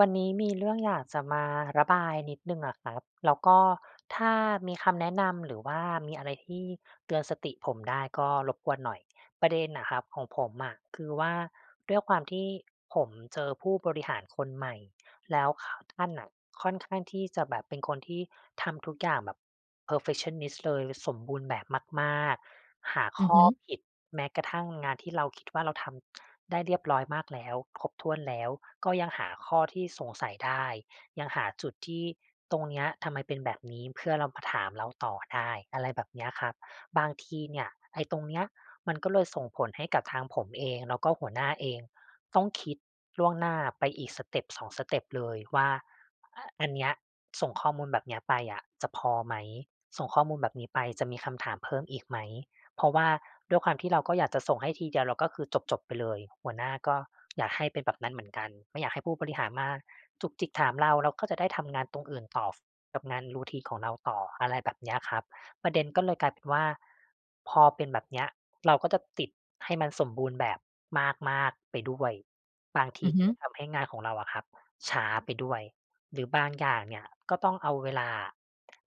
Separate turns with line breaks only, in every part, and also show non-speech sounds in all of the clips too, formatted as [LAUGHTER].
วันนี้มีเรื่องอยากจะมาระบายนิดหนึ่งอะครับแล้วก็ถ้ามีคำแนะนำหรือว่ามีอะไรที่เตือนสติผมได้ก็รบกวนหน่อยประเด็นน่ะครับของผมอะคือว่าด้วยความที่ผมเจอผู้บริหารคนใหม่แล้วเขาท่านน่ะค่อนข้างที่จะแบบเป็นคนที่ทำทุกอย่างแบบ perfectionist เลยสมบูรณ์แบบมากๆหา
อือ
ข้อ
ฮึ
ผิดแม้กระทั่งงานที่เราคิดว่าเราทำ ได้เรียบร้อยมากแล้วครบถ้วนแล้วก็ยังหาข้อที่สงสัยได้ยังหาจุดที่ตรงเนี้ยทำไมเป็นแบบนี้เพื่อเรามาถามเราต่อได้อะไรแบบเนี้ยครับบางทีเนี่ยไอ้ตรงเนี้ยมันก็เลยส่งผลให้กับทางผมเองแล้วก็หัวหน้าเองต้องคิดล่วงหน้าไปอีกสเต็ปสองสเต็ปเลยว่าออันเนี้ยส่งข้อมูลแบบเนี้ยไปอะจะพอไหมส่งข้อมูลแบบนี้ไปจะมีคำถามเพิ่มอีกไหม เพราะว่าด้วยความที่เราก็อยากจะส่งให้ทีเดียวเราก็คือจบๆไปเลยหัวหน้าก็อยากให้เป็นแบบนั้นเหมือนกันไม่อยากให้ผู้บริหารมาจุกจิกถามเราเราก็จะได้ทำงานตรงอื่นต่อกับงาน routine ของเราต่ออะไรแบบเนี้ยครับประเด็นก็เลยกลายเป็นว่าพอเป็นแบบเนี้ยเราก็จะติดให้มันสมบูรณ์แบบมากๆไปด้วยบางที
อือ
ก็
ฮึ
เลยทำให้งานของเราอะครับช้าไปด้วย หรือบางอย่างเนี่ยก็ต้องเอาเวลา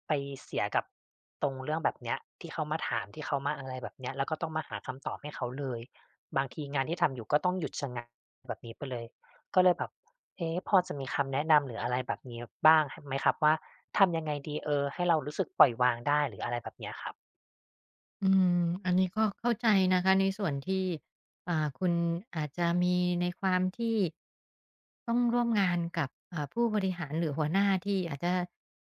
ไปเสียกับตรงเรื่องแบบเนี้ยที่เขามาถามที่เขามาอะไรแบบเนี้ยแล้วก็ต้องมาหาคำตอบให้เขาเลยบางทีงานที่ทำอยู่ก็ต้องหยุดชะงักแบบนี้ไปเลยก็เลยแบบเอ๊ะพอจะมีคำแนะนำหรืออะไรแบบนี้บ้างหไหมครับว่าทำยังไงดีให้เรารู้สึกปล่อยวางได้หรืออะไรแบบเนี้ยครับ
อืมอันนี้ก็เข้าใจนะคะในส่วนที่คุณอาจจะมีในความที่ต้องร่วมงานกับผู้บริหารหรือหัวหน้าที่อาจจะ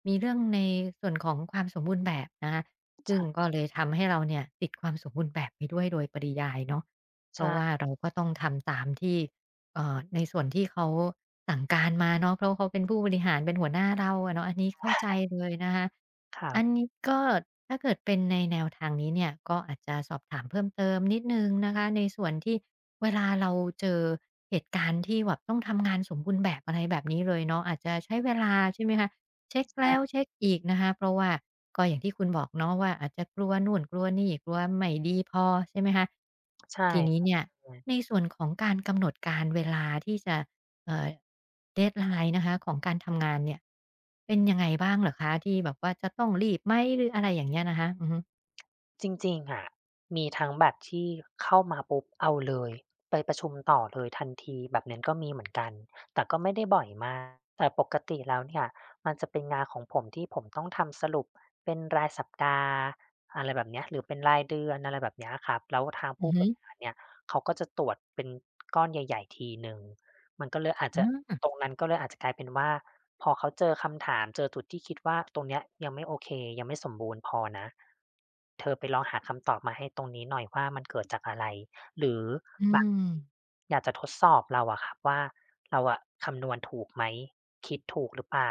มีเรื่องในส่วนของความสมบูรณ์แบบนะคะซึ่ง
ใช่
ก็เลยทำให้เราเนี่ยติดความสมบูรณ์แบบไปด้วยโดยปริยายเนาะเพราะว่า
ใช่
เราก็ต้องทำตามที่ ในส่วนที่เขาสั่งการมาเนาะเพราะเขาเป็นผู้บริหารเป็นหัวหน้าเราอะเนาะอันนี้เข้าใจเลยนะคะ
ครั
อัน
บ
นี้ก็ถ้าเกิดเป็นในแนวทางนี้เนี่ยก็อาจจะสอบถามเพิ่มเติมนิดหนึ่งนะคะในส่วนที่เวลาเราเจอเหตุการณ์ที่แบบต้องทำงานสมบูรณ์แบบอะไรแบบนี้เลยเนาะอาจจะใช้เวลาใช่ไหมคะ เช็คแล้ว
ใช่
เช็คอีกนะคะเพราะว่าก็อย่างที่คุณบอกเนาะว่าอาจจะกลัวนู่นกลัวนี่กลัวไม่ดีพอใช่ไหมคะ
ใช่
ทีนี้
ท
เนี่ย
ำไง
ในส่วนของการกำหนดการเวลาที่จะเอ่อ deadline นนะคะของการทำงานเนี่ยเป็นยังไงบ้างเหรอคะที่แบบว่าจะต้องรีบไหมหรืออะไรอย่างเงี้ยนะคะอือฮึ
จริงๆอะมีทั้งแบบที่เข้ามาปุ๊บเอาเลยไปประชุมต่อเลยทันทีแบบนั้นก็มีเหมือนกัน แต่ก็ไม่ได้บ่อยมาก แต่ปกติแล้วเนี่ยมันจะเป็นงานของผมที่ผมต้องทำสรุปเป็นรายสัปดาห์อะไรแบบเนี้ยหรือเป็นรายเดือนอะไรแบบเนี้ยครับแล้วทาง
อือ
ผู้บ
ฮึ
ริหารเนี่ยเขาก็จะตรวจเป็นก้อนใหญ่ๆทีหนึ่ง มันก็เลยอาจ
อ
จะ
ม
ตรงนั้นก็เลยอาจจะกลายเป็นว่าพอเขาเจอคำถามเจอจุดที่คิดว่าตรงเนี้ยยังไม่โอเคยังไม่สมบูรณ์พอนะเธอไปลองหาคำตอบมาให้ตรงนี้หน่อยว่ามันเกิดจากอะไรหรือ
อื
บาง
ม
อยากจะทดสอบเราอะครับว่าเราอะคำนวณถูกไหมคิดถูกหรือเปล่า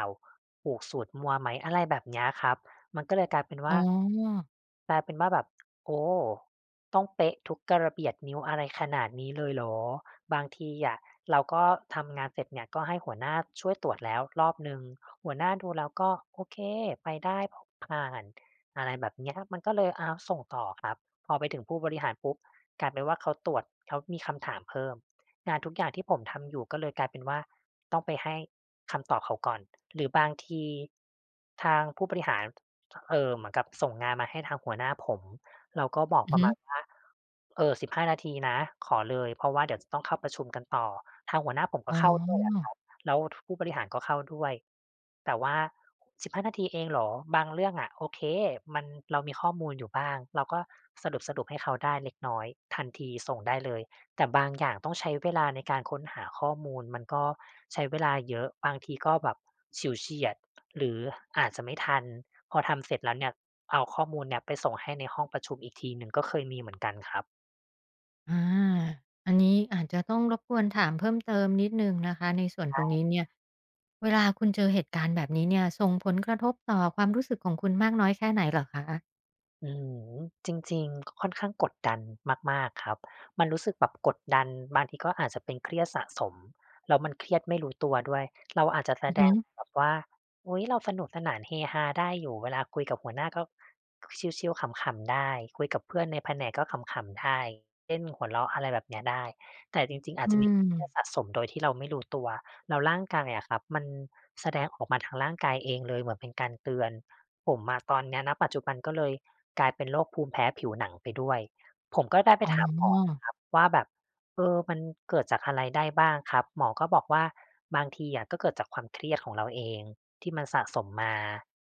ผูกสูตรมั่วไหมอะไรแบบเนี้ยครับมันก็เลยกลายเป็น
อ๋
ว่า
อ
กลายเป็นว่าแบบโอ้ต้องเป๊ะทุกกะระเบียดนิ้วอะไรขนาดนี้เลยเหรอ บางทีอะเราก็ทำงานเสร็จเนี่ยก็ให้หัวหน้าช่วยตรวจแล้วรอบหนึ่งหัวหน้าดูแล้วก็โอเคไปได้ผ่านอะไรแบบเนี้ยมันก็เลยอาวส่งต่อครับพอไปถึงผู้บริหารปุ๊บกลายเป็นว่าเขาตรวจเขามีคำถามเพิ่มงานทุกอย่างที่ผมทำอยู่ก็เลยกลายเป็นว่าต้องไปให้คำตอบเขาก่อนหรือบางทีทางผู้บริหารเหมือนกับส่งงานมาให้ทางหัวหน้าผม เราก็บอก
อื
ป
อ
ระ
ฮึ
มาณว่าเออ15นาทีนะ ขอเลย เพราะว่าเดี๋ยวจะต้องเข้าประชุมกันต่อ ทางหัวหน้าผมก็
อ๋อ
เข้าด้วยอะครับแล้วผู้บริหารก็เข้าด้วย แต่ว่า "15 นาทีเองเหรอบางเรื่องอะโอเคมันเรามีข้อมูลอยู่บ้าง เราก็สรุปๆให้เขาได้เล็กน้อย ทันทีส่งได้เลย แต่บางอย่างต้องใช้เวลาในการค้นหาข้อมูลมันก็ใช้เวลาเยอะบางทีก็แบบฉิวเฉียดหรืออาจจะไม่ทันพอทำเสร็จแล้วเนี่ยเอาข้อมูลเนี่ยไปส่งให้ในห้องประชุมอีกทีหนึ่งก็เคยมีเหมือนกันครับ
อาอันนี้อาจจะต้องรบกวนถามเพิ่มเติมนิดหนึ่งนะคะในส่วนตรงนี้เนี่ยเวลาคุณเจอเหตุการณ์แบบนี้เนี่ยส่งผลกระทบต่อความรู้สึกของคุณมากน้อยแค่ไหนเหรอคะ
อืมจริงๆก็ค่อนข้างกดดันมากๆครับมันรู้สึกแบบกดดันบางทีก็อาจจะเป็นเครียดสะสมแล้วมันเครียดไม่รู้ตัวด้วยเราอาจจะแส
อือ
ด
ฮึ
งแบบว่าอุ๊ยเราสนุกสนานเฮฮาได้อยู่เวลาคุยกับหัวหน้าก็ชิลๆขำๆได้คุยกับเพื่อนในแผนกก็ขำๆได้เล่นหัวเราะอะไรแบบเนี้ยได้แต่จริงๆอา
อื
จจะมีเค
ม
รียดสะสมโดยที่เราไม่รู้ตัวแล้วร่างกายอะครับมันแสดงออกมาทางร่างกายเองเลยเหมือนเป็นการเตือนผมอะตอนเนี้ยณปัจจุบันก็เลย กลายเป็นโรคภูมิแพ้ผิวหนังไปด้วย ผมก็ได้ไป
อ๋อ
ถามหมอนะครับว่าแบบเออมันเกิดจากอะไรได้บ้างครับหมอก็บอกว่าบางทีอะก็เกิดจากความเครียดของเราเองที่มันสะสมมา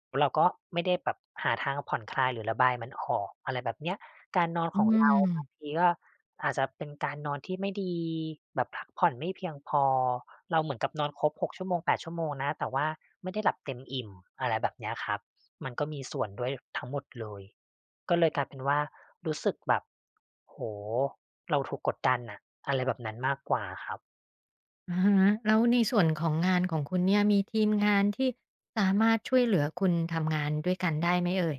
แล้วเราก็ไม่ได้แบบหาทางผ่อนคลายหรือระบายมันออกอะไรแบบเนี้ยการนอน
อื
ของเราบาง
ม
ทีก็อาจจะเป็นการนอนที่ไม่ดีแบบพักผ่อนไม่เพียงพอเราเหมือนกับนอนครบ6ชั่วโมง8ชั่วโมงนะแต่ว่าไม่ได้หลับเต็มอิ่มอะไรแบบเนี้ยครับมันก็มีส่วนด้วยทั้งหมดเลย ก็เลยกลายเป็นว่ารู้สึกแบบโอ้โฮเราถูกกดดันน่ะอะไรแบบนั้นมากกว่าครับ
อะฮะแล้วในส่วนของงานของคุณเนี่ยมีทีมงานที่สามารถช่วยเหลือคุณทำงานด้วยกันได้ไหมเอ่ย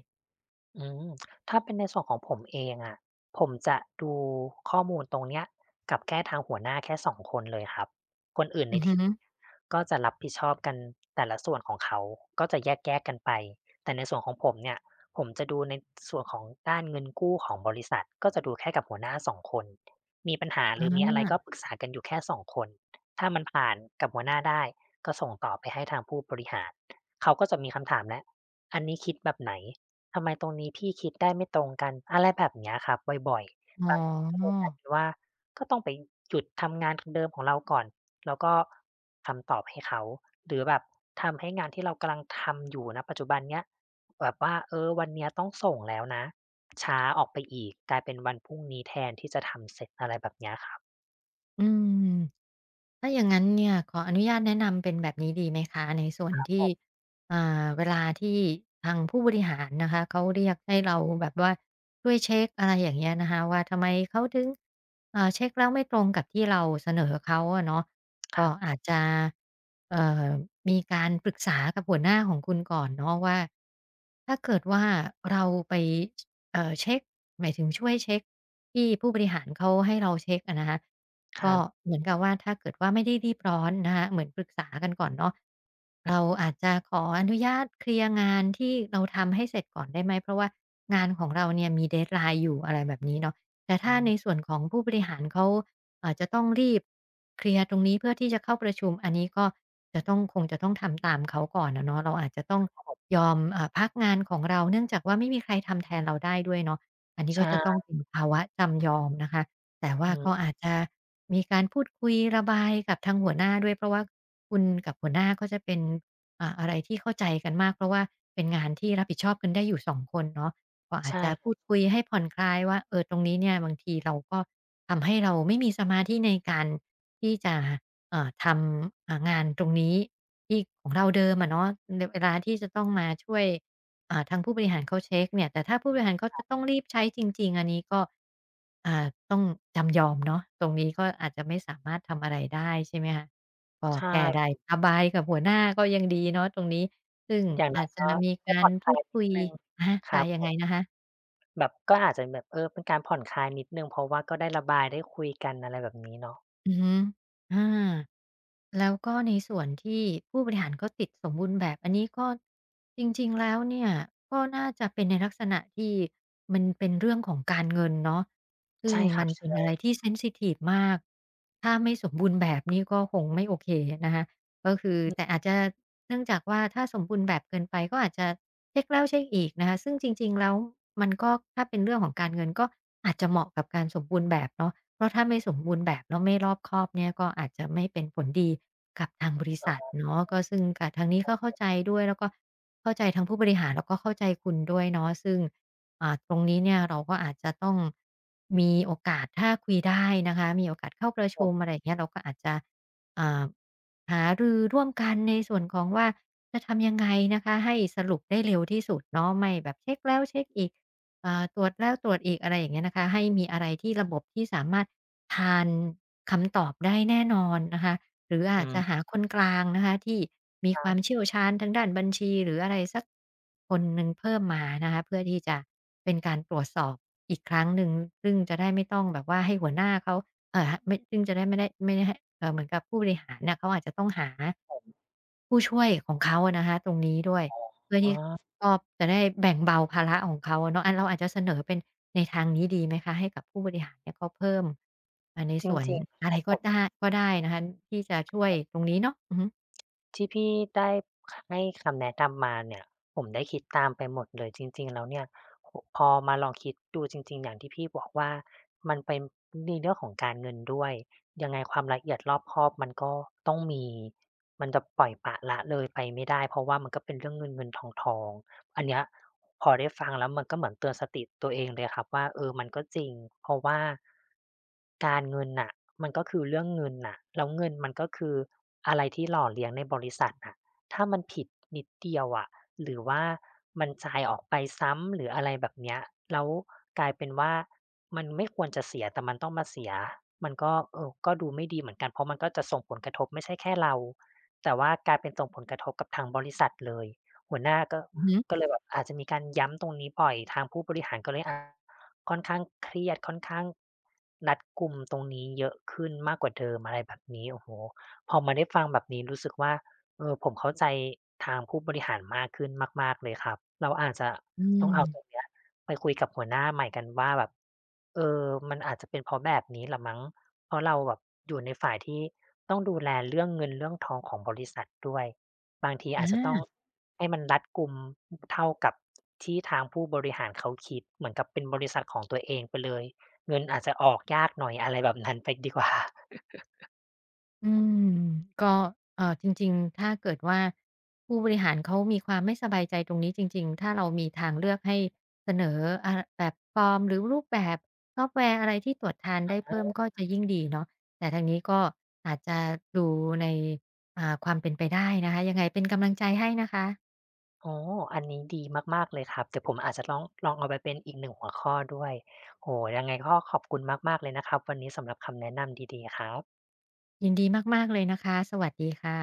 อืมถ้าเป็นในส่วนของผมเองอะผมจะดูข้อมูลตรงเนี้ยกับแค่ทางหัวหน้าแค่2คนเลยครับคนอื่น
อื
ใน
อฮึ
ทีมเนี่ยก็จะรับผิดชอบกันแต่ละส่วนของเขาก็จะแยกๆกันไปแต่ในส่วนของผมเนี่ยผมจะดูในส่วนของด้านเงินกู้ของบริษัทก็จะดูแค่กับหัวหน้า2คนมีปัญหาห
อ
รือมีอะไรก็
า
ปรึกษากันอยู่แค่2คนถ้ามันผ่านกับหัวหน้าได้ก็ส่งต่อไปให้ทางผู้บริหารเขาก็จะมีคำถามแล้วอันนี้คิดแบบไหน ทำไมตรงนี้พี่คิดได้ไม่ตรงกันอะไรแบบเนี้ยครับบ่อย
อ๋
ๆบางทีก็เลยก
อ
ลายเป็นว่าก็ต้องไปหยุดทำงานเดิมของเราก่อนแล้วก็ทำตอบให้เขาหรือแบบทำให้งานที่เรากำลังทำอยู่ณปัจจุบันเนี้ยแบบว่าเออวันเนี้ยต้องส่งแล้วนะช้าออกไปอีกกลายเป็นวันพรุ่งนี้แทนที่จะทำเสร็จอะไรแบบเนี้ยครับ
อืม ถ้าอย่างนั้นเนี่ยขออนุญาตแนะนำเป็นแบบนี้ดีไหมคะในส่วนที่เวลาที่ทางผู้บริหารนะคะเขาเรียกให้เราแบบว่าช่วยเช็คอะไรอย่างเงี้ยนะคะว่าทำไมเขาถึงเช็คแล้วไม่ตรงกับที่เราเสนอเขาอะเนาะ
ค
ก็
รับ
อาจจะเอ่อมีการปรึกษากับหัวหน้าของคุณก่อนเนาะว่าถ้าเกิดว่าเราไปเช็คหมายถึงช่วยเช็กที่ผู้บริหารเขาให้เราเช็คอะนะคะ
ค
ก็
รับ
เหมือนกับว่าถ้าเกิดว่าไม่ได้รีบร้อนนะคะเหมือนปรึกษากันก่อนเนาะเราอาจจะขออนุญาตเคลียร์งานที่เราทำให้เสร็จก่อนได้ไหมเพราะว่างานของเราเนี่ยมี deadline อยู่อะไรแบบนี้เนาะแต่
อื
ถ้า
ม
ในส่วนของผู้บริหารเขาอาจจะต้องรีบเคลียร์ตรงนี้เพื่อที่จะเข้าประชุมอันนี้ก็จะต้องคงจะต้องทำตามเขาก่อนอะเนาะเราอาจจะต้องยอมพักงานของเราเนื่องจากว่าไม่มีใครทำแทนเราได้ด้วยเนาะอันนี้ก็จะต้อ
ใช่
งเป็นภาวะจำยอมนะคะ แต่ว่า
อืม
ก็อาจจะมีการพูดคุยระบายกับทางหัวหน้าด้วยเพราะว่าคุณกับหัวหน้าก็จะเป็นอะไรที่เข้าใจกันมากเพราะว่าเป็นงานที่รับผิดชอบกันได้อยู่สองคนเนาะก็อาจ
ใช่
จะ
ค
พู
รับ
ดคุยให้ผ่อนคลายว่าเออตรงนี้เนี่ยบางทีเราก็ทำให้เราไม่มีสมาธิในการที่จะทำงานตรงนี้ที่ของเราเดิมอะเนาะในเวลาที่จะต้องมาช่วย ทางผู้บริหารเขาเช็กเนี่ยแต่ถ้าผู้บริหารเขาจะต้องรีบใช้จริงๆอันนี้ก็อ่าต้องจำยอมเนาะตรงนี้ก็อาจจะไม่สามารถทำอะไรได้ใช่ไหมคะก็
ใช
แค่ได้
่
ระบายกับหัวหน้าก็ยังดีเนาะตรงนี้ซึ่ง
อย่าง
อา
น้อ
จ
ย
จะ
ก็
มี
ก็
กา
ผ่
ร
อนค
พู
ลาย
ด
นิ
คุ
ด
ย
หนึ่ง
อะฮะ
ครั
ค่ะ
บ
ยั
ผ
งไง
ม
นะคะ
แบบก็อาจจะแบบเออเป็นการผ่อนคลายนิดหนึ่งเพราะว่าก็ได้ระบายได้คุยกันอะไรแบบนี้เนาะ
อือฮึอาแล้วก็ในส่วนที่ผู้บริหารก็ติดสมบูรณ์แบบอันนี้ก็จริงๆแล้วเนี่ยก็น่าจะเป็นในลักษณะที่มันเป็นเรื่องของการเงินเนาะซึ่ง
ใช่ค
มั
รั
น
บ
เป็นอะ
ใช่
ไรที่เซนซิทิฟมากถ้าไม่สมบูรณ์แบบนี่ก็คงไม่โอเคนะคะ ก็คือ
อื
แต่
ม
อาจจะเนื่องจากว่าถ้าสมบูรณ์แบบเกินไปก็อาจจะเช็กแล้วเช็กอีกนะคะซึ่งจริงๆแล้วมันก็ถ้าเป็นเรื่องของการเงินก็อาจจะเหมาะกับการสมบูรณ์แบบเนาะเพราะถ้าไม่สมบูรณ์แบบแล้วไม่รอบคอบเนี่ยก็อาจจะไม่เป็นผลดีกับทางบริษัทเนาะก็ซึ่งกะทางนี้ก็เข้าใจด้วยแล้วก็เข้าใจทั้งผู้บริหารแล้วก็เข้าใจคุณด้วยเนาะซึ่งตรงนี้เนี่ยเราก็อาจจะต้องมีโอกาสถ้าคุยได้นะคะมีโอกาสเข้าประ
ผ
ชุมอะ
ม
ไรอย่างเงี้ยเราก็อาจจะอ่า หารือร่วมกันในส่วนของว่าจะทำยังไงนะคะให้สรุปได้เร็วที่สุดเนาะไม่แบบเช็กแล้วเช็กอีกตรวจแล้วตรวจอีกอะไรอย่างเงี้ยนะคะให้มีอะไรที่ระบบที่สามารถทานคำตอบได้แน่นอนนะคะหรืออา
อื
จจะ
ม
หาคนกลางนะคะที่มี
ค
ค
รั
วาม
บ
เชี่ยวชาญทางด้านบัญชีหรืออะไรสักคนหนึ่งเพิ่มมานะคะเพื่อที่จะเป็นการตรวจสอบอีกครั้งหนึ่งซึ่งจะได้ไม่ต้องแบบว่าให้หัวหน้าเขา เอ่าไม่ซึ่งจะได้ไม่ได้ให้เหมือนกับผู้บริหารน่ะเขาอาจจะต้องหาผู้ช่วยของเขาอะนะคะตรงนี้ด้วยเพื่อ
อ๋อ
ที่ก็จะได้แบ่งเบาภาระของเขาอะเนาะอาเราอาจจะเสนอเป็นในทางนี้ดีไหมคะให้กับผู้บริหารเนี่ยเขาเพิ่มใน
จร
ส่วน
ิง
อะ
ๆค
ไร
รับผ
ก็
ม
ได้ก็ได้นะคะที่จะช่วยตรงนี้เนาะอือฮึ
ที่พี่ได้ให้คำแนะนำมาเนี่ยผมได้คิดตามไปหมดเลยจริงๆแล้วเนี่ยโอ้โฮพอมาลองคิดดูจริงๆอย่างที่พี่บอกว่ามันเป็นในเรื่องของการเงินด้วยยังไงความละเอียดรอบคอบมันก็ต้องมีมันจะปล่อยปละละเลยไปไม่ได้เพราะว่ามันก็เป็นเรื่องเงินๆทองๆ อันเนี้ยพอได้ฟังแล้วมันก็เหมือนเตือนสติตัวเองเลยครับว่าเออมันก็จริงเพราะว่าการเงินน่ะมันก็คือเรื่องเงินน่ะแล้วเงินมันก็คืออะไรที่หล่อเลี้ยงในบริษัทน่ะถ้ามันผิดนิดเดียวอะหรือว่ามันจ่ายออกไปซ้ำหรืออะไรแบบเนี้ยแล้วกลายเป็นว่ามันไม่ควรจะเสียแต่มันต้องมาเสียมันก็เออก็ดูไม่ดีเหมือนกันเพราะมันก็จะส่งผลกระทบไม่ใช่แค่เราแต่ว่ากลายเป็นส่งผลกระทบกับทางบริษัทเลย หัวหน้าก็
อือ
ก็
ฮึ
เลยแบบอาจจะมีการย้ำตรงนี้บ่อยทางผู้บริหารก็เลยอาค่อนข้างเครียดค่อนข้างรัดกุมตรงนี้เยอะขึ้นมากกว่าเดิมอะไรแบบนี้โอ้โฮพอมาได้ฟังแบบนี้รู้สึกว่าเออผมเข้าใจทางผู้บริหารมากขึ้นมากๆเลยครับเราอาจจะ
อื
ต้อ
ม
งเอาตรงเนี้ยไปคุยกับหัวหน้าใหม่กันว่าแบบเออมันอาจจะเป็นเพราะแบบนี้แหละมั้งเพราะเราแบบอยู่ในฝ่ายที่ต้องดูแลเรื่องเงินเรื่องทองของบริษัทด้วย บางที
อา
อาจจะต้องให้มันรัดกุมเท่ากับที่ทางผู้บริหารเขาคิดเหมือนกับเป็นบริษัทของตัวเองไปเลยเงินอาจจะออกยากหน่อยอะไรแบบนั้นไปดีกว่า
อืมก็จริงๆถ้าเกิดว่าผู้บริหารเขามีความไม่สบายใจตรงนี้จริงๆถ้าเรามีทางเลือกให้เสนออ่าแบบฟอร์มหรือรูปแบบซอฟต์แวร์อะไรที่ตรวจทานได้เพิ่มก็
[LAUGHS]
จะยิ่งดีเนาะแต่ทางนี้ก็อาจจะดูในความเป็นไปได้นะคะยังไงเป็นกำลังใจให้นะคะ
อ๋ออันนี้ดีมากๆเลยครับเดี๋ยวผมอาจจะล้องลองเอาไปเป็นอีกหนึ่งหัวข้อด้วยโอ้โฮยังไงก็ขอบคุณมากๆเลยนะครับวันนี้สำหรับคำแนะนำดีๆครับ
ยินดีมากๆเลยนะคะสวัสดีค่ะ